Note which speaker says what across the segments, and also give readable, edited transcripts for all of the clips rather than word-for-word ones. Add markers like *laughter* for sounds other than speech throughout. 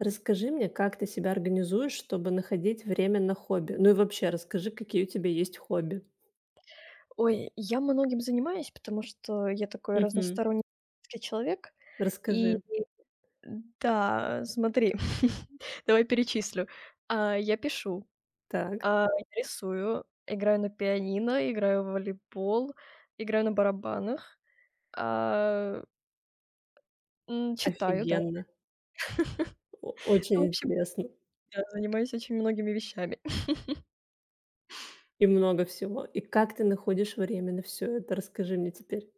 Speaker 1: Расскажи мне, как ты себя организуешь, чтобы находить время на хобби? Ну и вообще, расскажи, какие у тебя есть хобби.
Speaker 2: Ой, я многим занимаюсь, потому что я такой
Speaker 1: Мгм.
Speaker 2: разносторонний человек. И
Speaker 1: Расскажи.
Speaker 2: да, смотри, *laughs* давай перечислю. Я пишу,
Speaker 1: Так,
Speaker 2: я рисую, играю на пианино, играю в волейбол, играю на барабанах, а, читаю, да.
Speaker 1: офигенно.
Speaker 2: Ну, в
Speaker 1: Очень
Speaker 2: общем,
Speaker 1: интересно.
Speaker 2: да, занимаюсь очень многими вещами.
Speaker 1: И много всего. И как ты находишь время на все это? Расскажи мне теперь.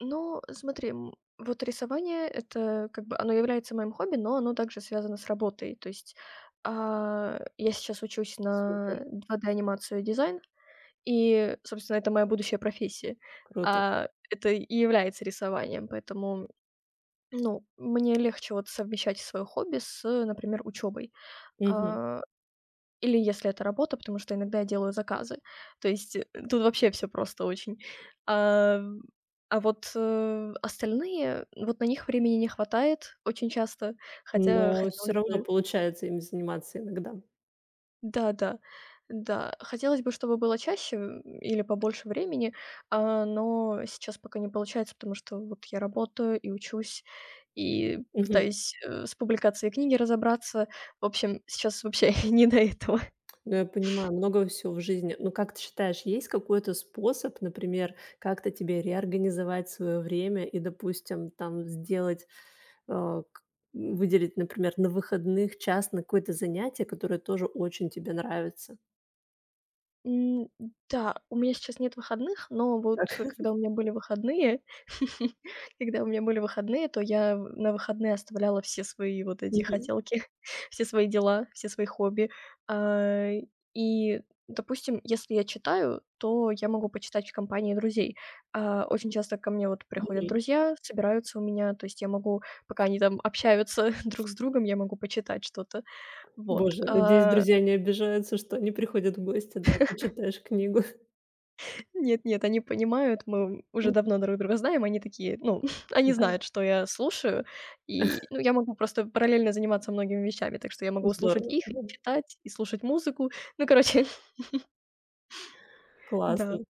Speaker 2: Ну, смотри, вот рисование — это как бы оно является моим хобби, но оно также связано с работой. То есть, я сейчас учусь
Speaker 1: Супер,
Speaker 2: на 2D анимацию и дизайн, и, собственно, это моя будущая профессия.
Speaker 1: круто.
Speaker 2: Это и является рисованием, поэтому, ну, мне легче вот совмещать свое хобби с, например, учебой.
Speaker 1: Мгм.
Speaker 2: Или если это работа, потому что иногда я делаю заказы. То есть, тут вообще все просто очень. А, вот, остальные, вот на них времени не хватает очень часто, хотя
Speaker 1: Но все
Speaker 2: хотелось
Speaker 1: равно
Speaker 2: бы.
Speaker 1: получается им заниматься иногда.
Speaker 2: Да-да, да. Да. Хотелось бы, чтобы было чаще, или побольше времени, но сейчас пока не получается, потому что вот я работаю и учусь, и пытаюсь, с публикацией книги разобраться. В общем, сейчас вообще *laughs* не до этого.
Speaker 1: Ну, я понимаю, много всего в жизни. Но как ты считаешь, есть какой-то способ, например, как-то тебе реорганизовать свое время и, допустим, там сделать, э, к- выделить, например, на выходных час на какое-то занятие, которое тоже очень тебе нравится?
Speaker 2: М, да, у меня сейчас нет выходных, но вот,
Speaker 1: Так.
Speaker 2: когда у меня были выходные, *laughs* когда у меня были выходные, то я в на выходные оставляла все свои вот
Speaker 1: *laughs*
Speaker 2: эти
Speaker 1: Мгм.
Speaker 2: хотелки, *laughs* все свои дела, все свои хобби. А, и, допустим, если я читаю, то я могу почитать в компании друзей. Очень часто ко мне вот приходят
Speaker 1: Мгм.
Speaker 2: друзья, собираются у меня, то есть я могу, пока они там общаются *laughs* друг с другом, я могу почитать что-то. Вот.
Speaker 1: Боже, надеюсь, друзья не обижаются, что они приходят в гости, да, ты читаешь книгу. *laughs*
Speaker 2: Нет-нет, они понимают, мы уже
Speaker 1: Мгм.
Speaker 2: давно друг друга знаем, они такие, ну, *laughs* они
Speaker 1: Да,
Speaker 2: знают, что я слушаю, и, ну, я могу просто параллельно заниматься многими вещами, так что я могу слушать
Speaker 1: здорово,
Speaker 2: их,
Speaker 1: да,
Speaker 2: читать и слушать музыку. Ну, короче, *laughs*
Speaker 1: классно.
Speaker 2: да.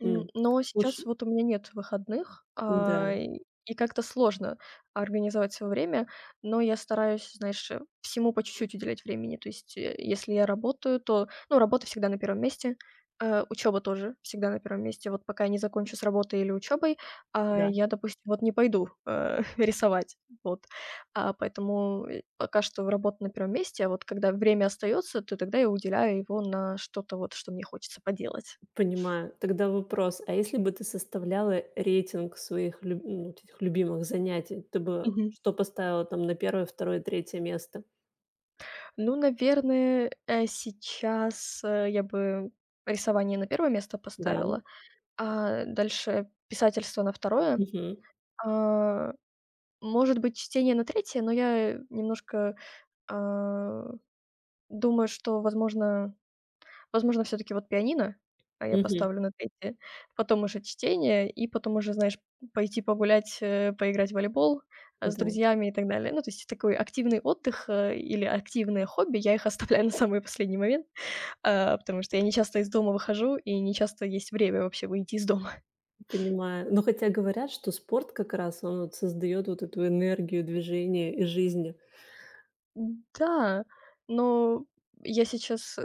Speaker 2: М,
Speaker 1: М.
Speaker 2: но
Speaker 1: Слушай,
Speaker 2: сейчас вот у меня нет выходных,
Speaker 1: да,
Speaker 2: и как-то сложно организовать свое время, но я стараюсь, знаешь, всему по чуть-чуть уделять времени. То есть, если я работаю, то, ну, работа всегда на первом месте, учеба тоже всегда на первом месте. Вот пока я не закончу с работой или учебой,
Speaker 1: да.
Speaker 2: я, допустим, вот не пойду, *laughs* рисовать. Вот. Поэтому, пока что работа на первом месте, а вот когда время остается, то тогда я уделяю его на что-то вот, что мне хочется поделать.
Speaker 1: Понимаю. Тогда вопрос: а если бы ты составляла рейтинг своих люб ну, вот этих любимых занятий, ты бы
Speaker 2: Мгм.
Speaker 1: что поставила там на первое, второе, третье место?
Speaker 2: Ну, наверное, сейчас, я бы рисование на первое место
Speaker 1: Да.
Speaker 2: поставила, а дальше писательство на второе.
Speaker 1: Мгм.
Speaker 2: А, может быть, чтение на третье, но я немножко, а, думаю, что, возможно, все таки вот пианино, я
Speaker 1: Мгм.
Speaker 2: поставлю на третье, потом уже чтение, и потом уже, знаешь, пойти погулять, поиграть в волейбол, с
Speaker 1: Да,
Speaker 2: друзьями и так далее. Ну, то есть такой активный отдых, или активное хобби, я их оставляю на самый последний момент. *laughs* Потому что я не часто из дома выхожу и не часто есть время вообще выйти из дома.
Speaker 1: понимаю. Но хотя говорят, что спорт как раз, он вот создаёт вот эту энергию движения и жизни.
Speaker 2: Да, но я сейчас,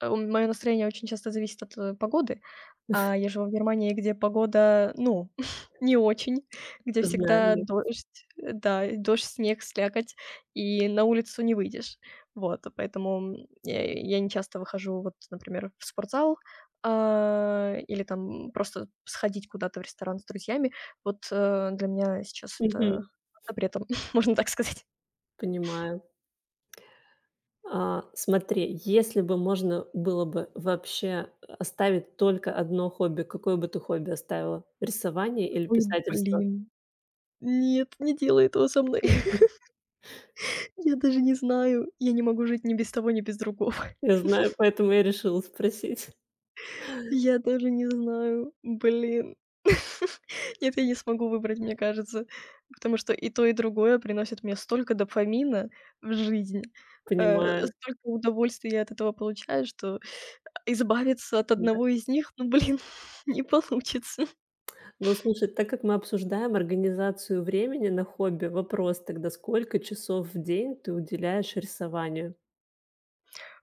Speaker 2: мое настроение очень часто зависит от, погоды. А я живу в Германии, где погода, ну, *laughs* не очень, где
Speaker 1: Знаю
Speaker 2: всегда
Speaker 1: ли?
Speaker 2: дождь, да, и дождь, снег, слякоть, и на улицу не выйдешь. Вот, поэтому, я не часто выхожу, вот, например, в спортзал, или там просто сходить куда-то в ресторан с друзьями. Вот, для меня сейчас это
Speaker 1: Мгм.
Speaker 2: запретом, *laughs* можно так сказать.
Speaker 1: Понимаю. А, смотри, если бы можно было бы вообще оставить только одно хобби, какое бы ты хобби оставила? Рисование или
Speaker 2: Ой,
Speaker 1: писательство?
Speaker 2: блин. Нет, не делай этого со мной.
Speaker 1: Мгм.
Speaker 2: *laughs* Я даже не знаю. Я не могу жить ни без того, ни без другого. *laughs*
Speaker 1: Я знаю, поэтому я решила спросить.
Speaker 2: Я даже не знаю. Блин. *laughs* Нет, я не смогу выбрать, мне кажется. Потому что и то, и другое приносит мне столько дофамина в жизнь,
Speaker 1: *laughs* Понимаю,
Speaker 2: столько удовольствия я от этого получаю, что избавиться от
Speaker 1: да.
Speaker 2: одного из них, ну, блин, *laughs* не получится.
Speaker 1: Ну, слушай, так как мы обсуждаем организацию времени на хобби, вопрос тогда: сколько часов в день ты уделяешь рисованию?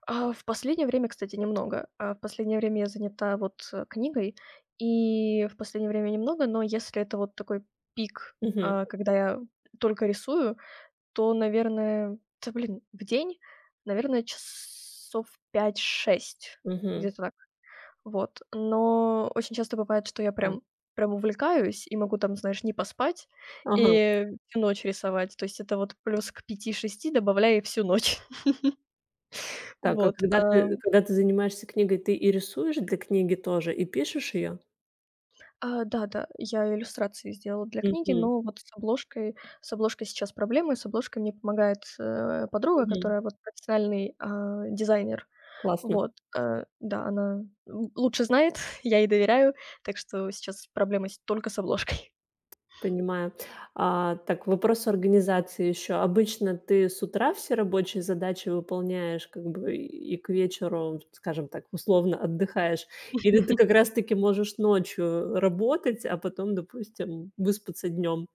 Speaker 2: В последнее время, кстати, немного. В последнее время я занята вот, книгой, и в последнее время немного, но если это вот такой пик,
Speaker 1: Мгм,
Speaker 2: когда я только рисую, то, наверное, да, блин, в день, наверное, часов пять-шесть
Speaker 1: мгм,
Speaker 2: где-то так. Вот. Но очень часто бывает, что я
Speaker 1: да.
Speaker 2: прям увлекаюсь и могу там, знаешь, не поспать
Speaker 1: Ага.
Speaker 2: и всю ночь рисовать. То есть это вот плюс к пяти-шести добавляя и всю ночь. *laughs*
Speaker 1: Так, а
Speaker 2: Вот,
Speaker 1: когда ты когда ты занимаешься книгой, ты и рисуешь для книги тоже, и пишешь её?
Speaker 2: Да-да, я иллюстрации сделала для книги,
Speaker 1: Мгм,
Speaker 2: но вот с обложкой сейчас проблемы. С обложкой мне помогает, подруга,
Speaker 1: мгм.
Speaker 2: которая вот профессиональный, дизайнер.
Speaker 1: Классно.
Speaker 2: Вот, да, она, лучше знает, *laughs* я ей доверяю, так что сейчас проблема с только с обложкой.
Speaker 1: Понимаю. А, так, вопрос организации еще. Обычно ты с утра все рабочие задачи выполняешь, как бы и к вечеру, скажем так, условно отдыхаешь, или ты как раз-таки можешь ночью работать, а потом, допустим, выспаться днем?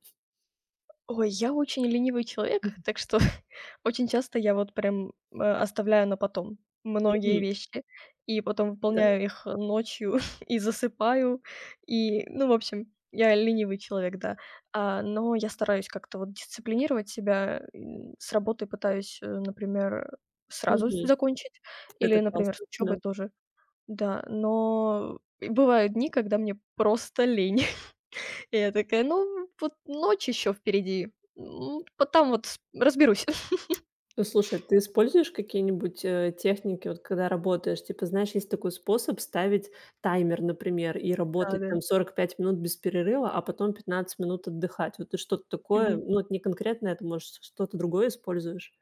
Speaker 2: Ой, я очень ленивый человек,
Speaker 1: Мгм.
Speaker 2: так что *laughs* очень часто я вот прям, оставляю на потом многие вещи и потом
Speaker 1: Да.
Speaker 2: выполняю их ночью *laughs* и засыпаю. И, ну, в общем, я ленивый человек, да. Но я стараюсь как-то вот дисциплинировать себя. С работы пытаюсь, например, сразу с
Speaker 1: Мгм.
Speaker 2: закончить
Speaker 1: Это
Speaker 2: или, например, с
Speaker 1: классно. Да.
Speaker 2: учебой тоже, да. Но бывают дни, когда мне просто лень. И я такая: "Ну, вот ночь еще впереди, потом вот с разберусь". *laughs*
Speaker 1: Ну, слушай, ты используешь какие-нибудь, техники, вот когда работаешь? Типа, знаешь, есть такой способ ставить таймер, например, и
Speaker 2: Да,
Speaker 1: работать
Speaker 2: да.
Speaker 1: там 45 минут без перерыва, а потом 15 минут отдыхать. Вот ты что-то такое,
Speaker 2: Мгм.
Speaker 1: ну, это не конкретно это, может, что-то другое используешь?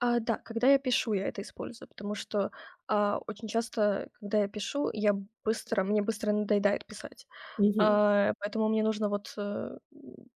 Speaker 2: Да, когда я пишу, я это использую, потому что, очень часто, когда я пишу, я быстро мне быстро надоедает писать.
Speaker 1: Мгм.
Speaker 2: Поэтому мне нужно вот,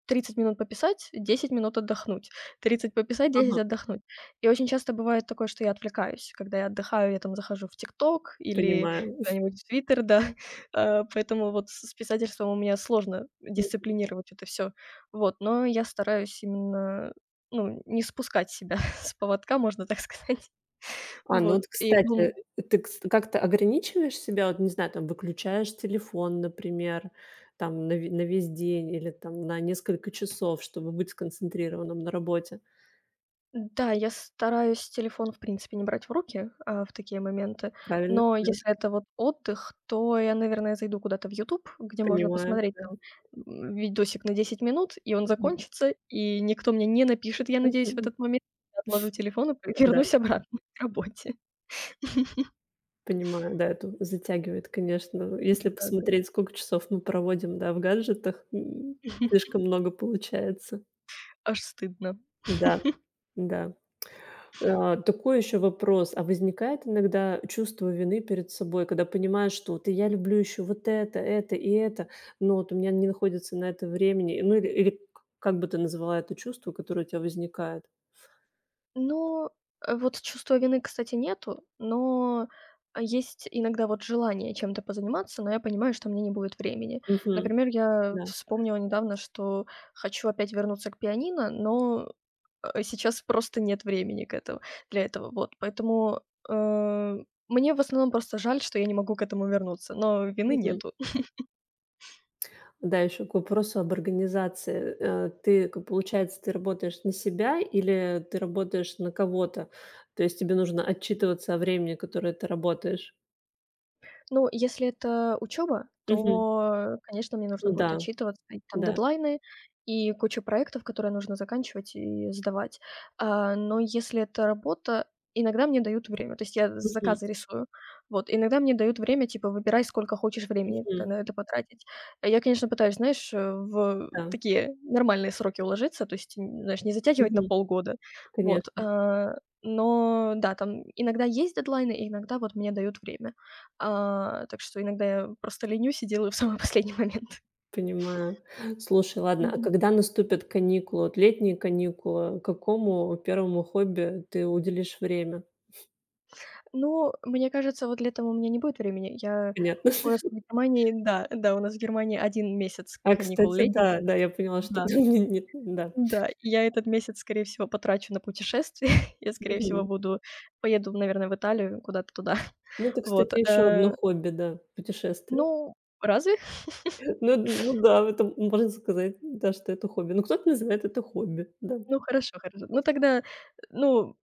Speaker 2: 30 минут пописать, 10 минут отдохнуть, 30 пописать, 10
Speaker 1: Ага,
Speaker 2: отдохнуть. И очень часто бывает такое, что я отвлекаюсь. Когда я отдыхаю, я там захожу в "Тикток" или
Speaker 1: понимаю.
Speaker 2: куда-нибудь в "Твиттер", да. *laughs* Поэтому вот с писательством у меня сложно
Speaker 1: Мгм.
Speaker 2: дисциплинировать это все. Вот, но я стараюсь именно, ну, не спускать себя *laughs* с поводка, можно так сказать. *laughs*
Speaker 1: А, ну
Speaker 2: Вот,
Speaker 1: вот,
Speaker 2: и
Speaker 1: кстати,
Speaker 2: был.
Speaker 1: ты кс как-то ограничиваешь себя? Вот, не знаю, там, выключаешь телефон, например, там, на ве на весь день или там на несколько часов, чтобы быть сконцентрированным на работе.
Speaker 2: Да, я стараюсь телефон, в принципе, не брать в руки, в такие моменты.
Speaker 1: Правильно?
Speaker 2: Но
Speaker 1: Да?
Speaker 2: если это вот отдых, то я, наверное, зайду куда-то в YouTube, где можно
Speaker 1: Понимаю,
Speaker 2: посмотреть
Speaker 1: да.
Speaker 2: там, видосик на 10 минут, и он
Speaker 1: Мгм.
Speaker 2: закончится, и никто мне не напишет, я надеюсь, в
Speaker 1: Мгм.
Speaker 2: этот момент. Я отложу телефон и
Speaker 1: Да,
Speaker 2: вернусь обратно *laughs* к работе.
Speaker 1: понимаю, да, это затягивает, конечно. Если
Speaker 2: Да-да.
Speaker 1: посмотреть, сколько часов мы проводим, да, в гаджетах,
Speaker 2: *laughs*
Speaker 1: слишком много получается.
Speaker 2: Аж стыдно.
Speaker 1: Да, да. А, такой еще вопрос. А возникает иногда чувство вины перед собой, когда понимаешь, что вот я люблю еще вот это и это, но вот у меня не находится на это времени? Ну или или к как бы ты назвала это чувство, которое у тебя возникает?
Speaker 2: Ну, вот чувства вины, кстати, нету, но есть иногда вот желание чем-то позаниматься, но я понимаю, что мне не будет времени.
Speaker 1: Мгм.
Speaker 2: Например, я
Speaker 1: Да.
Speaker 2: вспомнила недавно, что хочу опять вернуться к пианино, но, сейчас просто нет времени к этому для этого, вот. Поэтому, э, мне в основном просто жаль, что я не могу к этому вернуться, но вины нету.
Speaker 1: Да, еще к вопросу об организации. Ты, к получается, ты работаешь на себя или ты работаешь на кого-то? То есть тебе нужно отчитываться о времени, которое ты работаешь?
Speaker 2: Ну, если это учеба,
Speaker 1: Мгм.
Speaker 2: то, конечно, мне нужно
Speaker 1: Ну да,
Speaker 2: будет отчитываться, и там
Speaker 1: да.
Speaker 2: дедлайны, и куча проектов, которые нужно заканчивать и сдавать. Но если это работа, иногда мне дают время. То есть я
Speaker 1: Мгм,
Speaker 2: заказы рисую. Вот, иногда мне дают время, типа: "Выбирай, сколько хочешь времени ты
Speaker 1: мгм.
Speaker 2: на это потратить". А я, конечно, пытаюсь, знаешь, в
Speaker 1: Да.
Speaker 2: такие нормальные сроки уложиться, то есть, н знаешь, не затягивать на
Speaker 1: Мгм.
Speaker 2: полгода. Вот,
Speaker 1: Конечно,
Speaker 2: но да, там иногда есть дедлайны, и иногда вот мне дают время. Так что иногда я просто ленюсь и делаю в самый *laughs* последний момент.
Speaker 1: понимаю. Слушай, ладно, а
Speaker 2: Мгм.
Speaker 1: когда наступят каникулы, вот летние каникулы, какому первому хобби ты уделишь время?
Speaker 2: Ну, мне кажется, вот летом у меня не будет времени. Я
Speaker 1: Понятно.
Speaker 2: У
Speaker 1: *laughs*
Speaker 2: нас в Германии, да, да, у нас в Германии один месяц
Speaker 1: А,
Speaker 2: каникул
Speaker 1: кстати,
Speaker 2: летних,
Speaker 1: да, да, я поняла, что *laughs*
Speaker 2: да,
Speaker 1: ты не да.
Speaker 2: да. И я этот месяц, скорее всего, потрачу на путешествие. *laughs* Я, скорее всего,
Speaker 1: Мгм.
Speaker 2: буду поеду, наверное, в Италию, куда-то туда. *laughs*
Speaker 1: Ну, это,
Speaker 2: Вот,
Speaker 1: кстати, еще одно хобби, да, путешествия.
Speaker 2: ну, разве?
Speaker 1: Ну да, это можно сказать, да, что это хобби. Ну, кто-то называет это хобби, да.
Speaker 2: Ну, хорошо, хорошо. Ну, тогда, ну,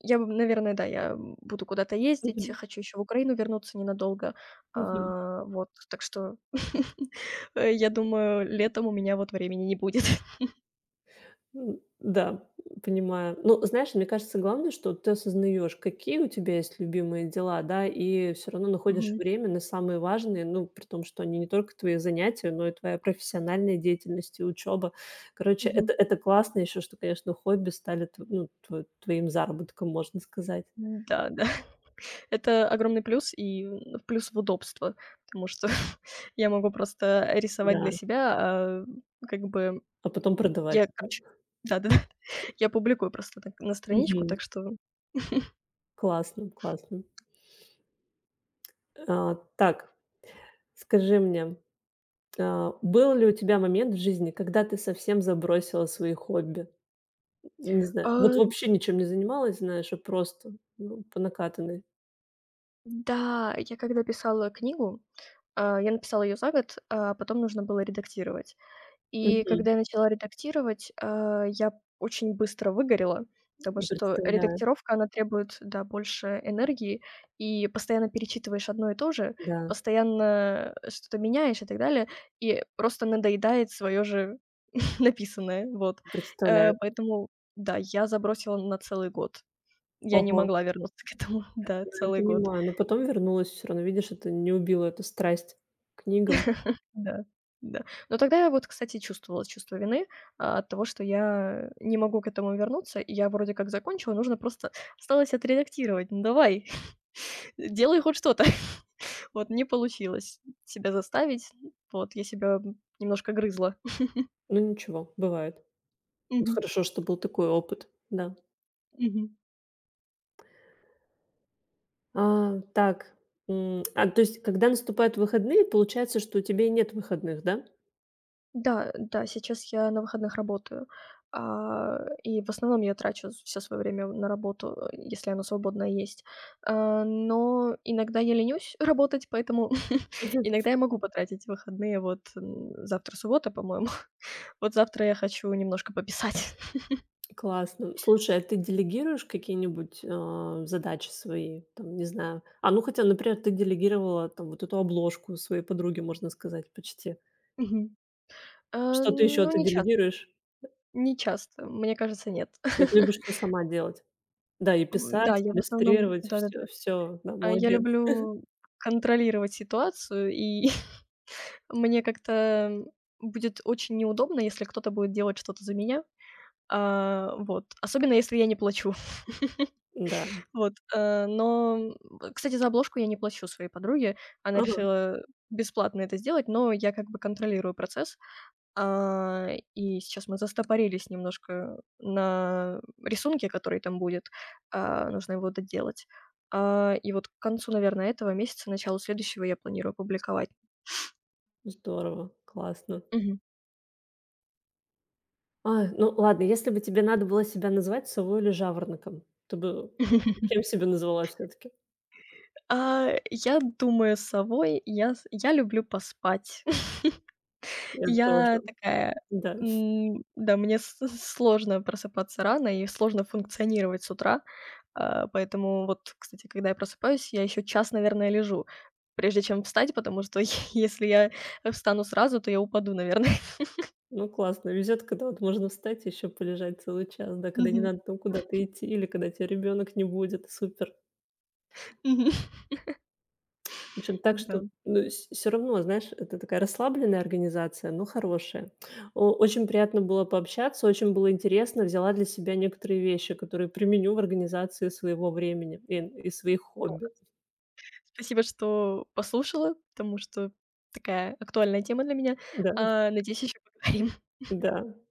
Speaker 2: я бы, наверное, да, я, буду куда-то ездить,
Speaker 1: Мгм,
Speaker 2: хочу еще в Украину вернуться ненадолго.
Speaker 1: мгм.
Speaker 2: Вот, так что, *laughs* я думаю, летом у меня вот времени не будет. *laughs*
Speaker 1: М, да, понимаю. Ну, знаешь, мне кажется, главное, что ты осознаешь, какие у тебя есть любимые дела, да, и все равно находишь
Speaker 2: Мгм.
Speaker 1: время на самые важные, ну, при том, что они не только твои занятия, но и твоя профессиональная деятельность и учеба. Короче, это
Speaker 2: Мгм.
Speaker 1: это классно еще, что, конечно, хобби стали тв ну, тв твоим заработком, можно сказать.
Speaker 2: Да, да. Это огромный плюс и, плюс в удобство, потому что *laughs* я могу просто рисовать
Speaker 1: Да.
Speaker 2: для себя, как бы
Speaker 1: А потом продавать
Speaker 2: я,
Speaker 1: это.
Speaker 2: короче, да-да-да, *laughs* я публикую просто так на страничку,
Speaker 1: Мгм.
Speaker 2: так что,
Speaker 1: Классно, классно. А, так, скажи мне, а, был ли у тебя момент в жизни, когда ты совсем забросила свои хобби? Не знаю, вот
Speaker 2: а.
Speaker 1: вообще ничем не занималась, знаешь, а просто, ну, по накатанной.
Speaker 2: Да, я когда писала книгу, я написала ее за год, а потом нужно было редактировать. И
Speaker 1: Мгм.
Speaker 2: когда я начала редактировать, я очень быстро выгорела, потому что
Speaker 1: Представляю,
Speaker 2: редактировка, она требует, да, больше энергии, и постоянно перечитываешь одно и то же,
Speaker 1: да,
Speaker 2: постоянно что-то меняешь и так далее, и просто надоедает свое же *laughs* написанное, вот.
Speaker 1: представляю.
Speaker 2: Поэтому, да, я забросила на целый год. Я не
Speaker 1: Ого,
Speaker 2: могла вернуться *laughs* к этому, да,
Speaker 1: я
Speaker 2: целый год.
Speaker 1: понимаю, но потом вернулась все равно. Видишь, это не убило эту страсть к книгам.
Speaker 2: Да, да. Но тогда я вот, кстати, чувствовала чувство вины, от того, что я не могу к этому вернуться. И я вроде как закончила, нужно просто осталось отредактировать. Ну давай, *laughs* делай хоть что-то. *laughs* Вот не получилось себя заставить. Вот я себя, немножко грызла.
Speaker 1: Ну, ничего, бывает.
Speaker 2: *laughs*
Speaker 1: Вот
Speaker 2: Мгм,
Speaker 1: хорошо, что был такой опыт, да.
Speaker 2: мгм.
Speaker 1: А, так, а, то есть, когда наступают выходные, получается, что у тебя и нет выходных, да?
Speaker 2: Да, да, сейчас я на выходных работаю, и в основном я трачу все свое время на работу, если оно свободное есть. Но иногда я ленюсь *laughs* работать, поэтому *laughs*
Speaker 1: Мгм.
Speaker 2: иногда я могу потратить выходные. Вот, завтра суббота, по-моему. *laughs* Вот завтра я хочу немножко пописать.
Speaker 1: Классно. Слушай, а ты делегируешь какие-нибудь, задачи свои? Там, не знаю. А, ну, хотя, например, ты делегировала там вот эту обложку своей подруге, можно сказать, почти.
Speaker 2: *laughs* Мгм. А,
Speaker 1: Что-то еще
Speaker 2: ну,
Speaker 1: ты
Speaker 2: не часто,
Speaker 1: делегируешь?
Speaker 2: не часто. Мне кажется, нет.
Speaker 1: То есть любишь всё
Speaker 2: *laughs*
Speaker 1: сама делать? Да, и
Speaker 2: В да,
Speaker 1: писать,
Speaker 2: я
Speaker 1: и
Speaker 2: в основном
Speaker 1: иллюстрировать, все.
Speaker 2: да-да-да.
Speaker 1: Всё, да,
Speaker 2: Я
Speaker 1: молодец.
Speaker 2: люблю контролировать ситуацию и *laughs* мне как-то будет очень неудобно, если кто-то будет делать что-то за меня. Вот. Особенно, если я не плачу. *laughs*
Speaker 1: Да.
Speaker 2: Вот, но, кстати, за обложку я не плачу своей подруге. Она
Speaker 1: Ага,
Speaker 2: решила бесплатно это сделать, но я как бы контролирую процесс. А, и сейчас мы застопорились немножко на рисунке, который там будет. Нужно его доделать. И вот к концу, наверное, этого месяца, началу следующего я планирую публиковать.
Speaker 1: здорово, классно.
Speaker 2: Мгм.
Speaker 1: А, ну ладно, если бы тебе надо было себя назвать совой или жаворонком, ты бы
Speaker 2: *laughs*
Speaker 1: кем себя назвала все таки?
Speaker 2: Я думаю, совой. Я люблю поспать. *laughs*
Speaker 1: Я тоже,
Speaker 2: Я такая,
Speaker 1: да.
Speaker 2: да, мне с сложно просыпаться рано и сложно функционировать с утра. Поэтому вот, кстати, когда я просыпаюсь, я еще час, наверное, лежу, прежде чем встать, потому что *laughs* если я встану сразу, то я упаду, наверное. *laughs*
Speaker 1: Ну, классно, везет, когда вот можно встать и еще полежать целый час, да, когда не
Speaker 2: Мгм,
Speaker 1: надо там куда-то идти или когда тебя ребенок не будет. Супер.
Speaker 2: мгм,
Speaker 1: В общем, так
Speaker 2: да.
Speaker 1: что, ну, все равно, знаешь, это такая расслабленная организация, но хорошая. О Очень приятно было пообщаться, очень было интересно. Взяла для себя некоторые вещи, которые применю в организации своего времени и своих хобби.
Speaker 2: Вот. Спасибо, что послушала, потому что такая актуальная тема для меня.
Speaker 1: Да,
Speaker 2: Надеюсь, еще поговорим.
Speaker 1: да.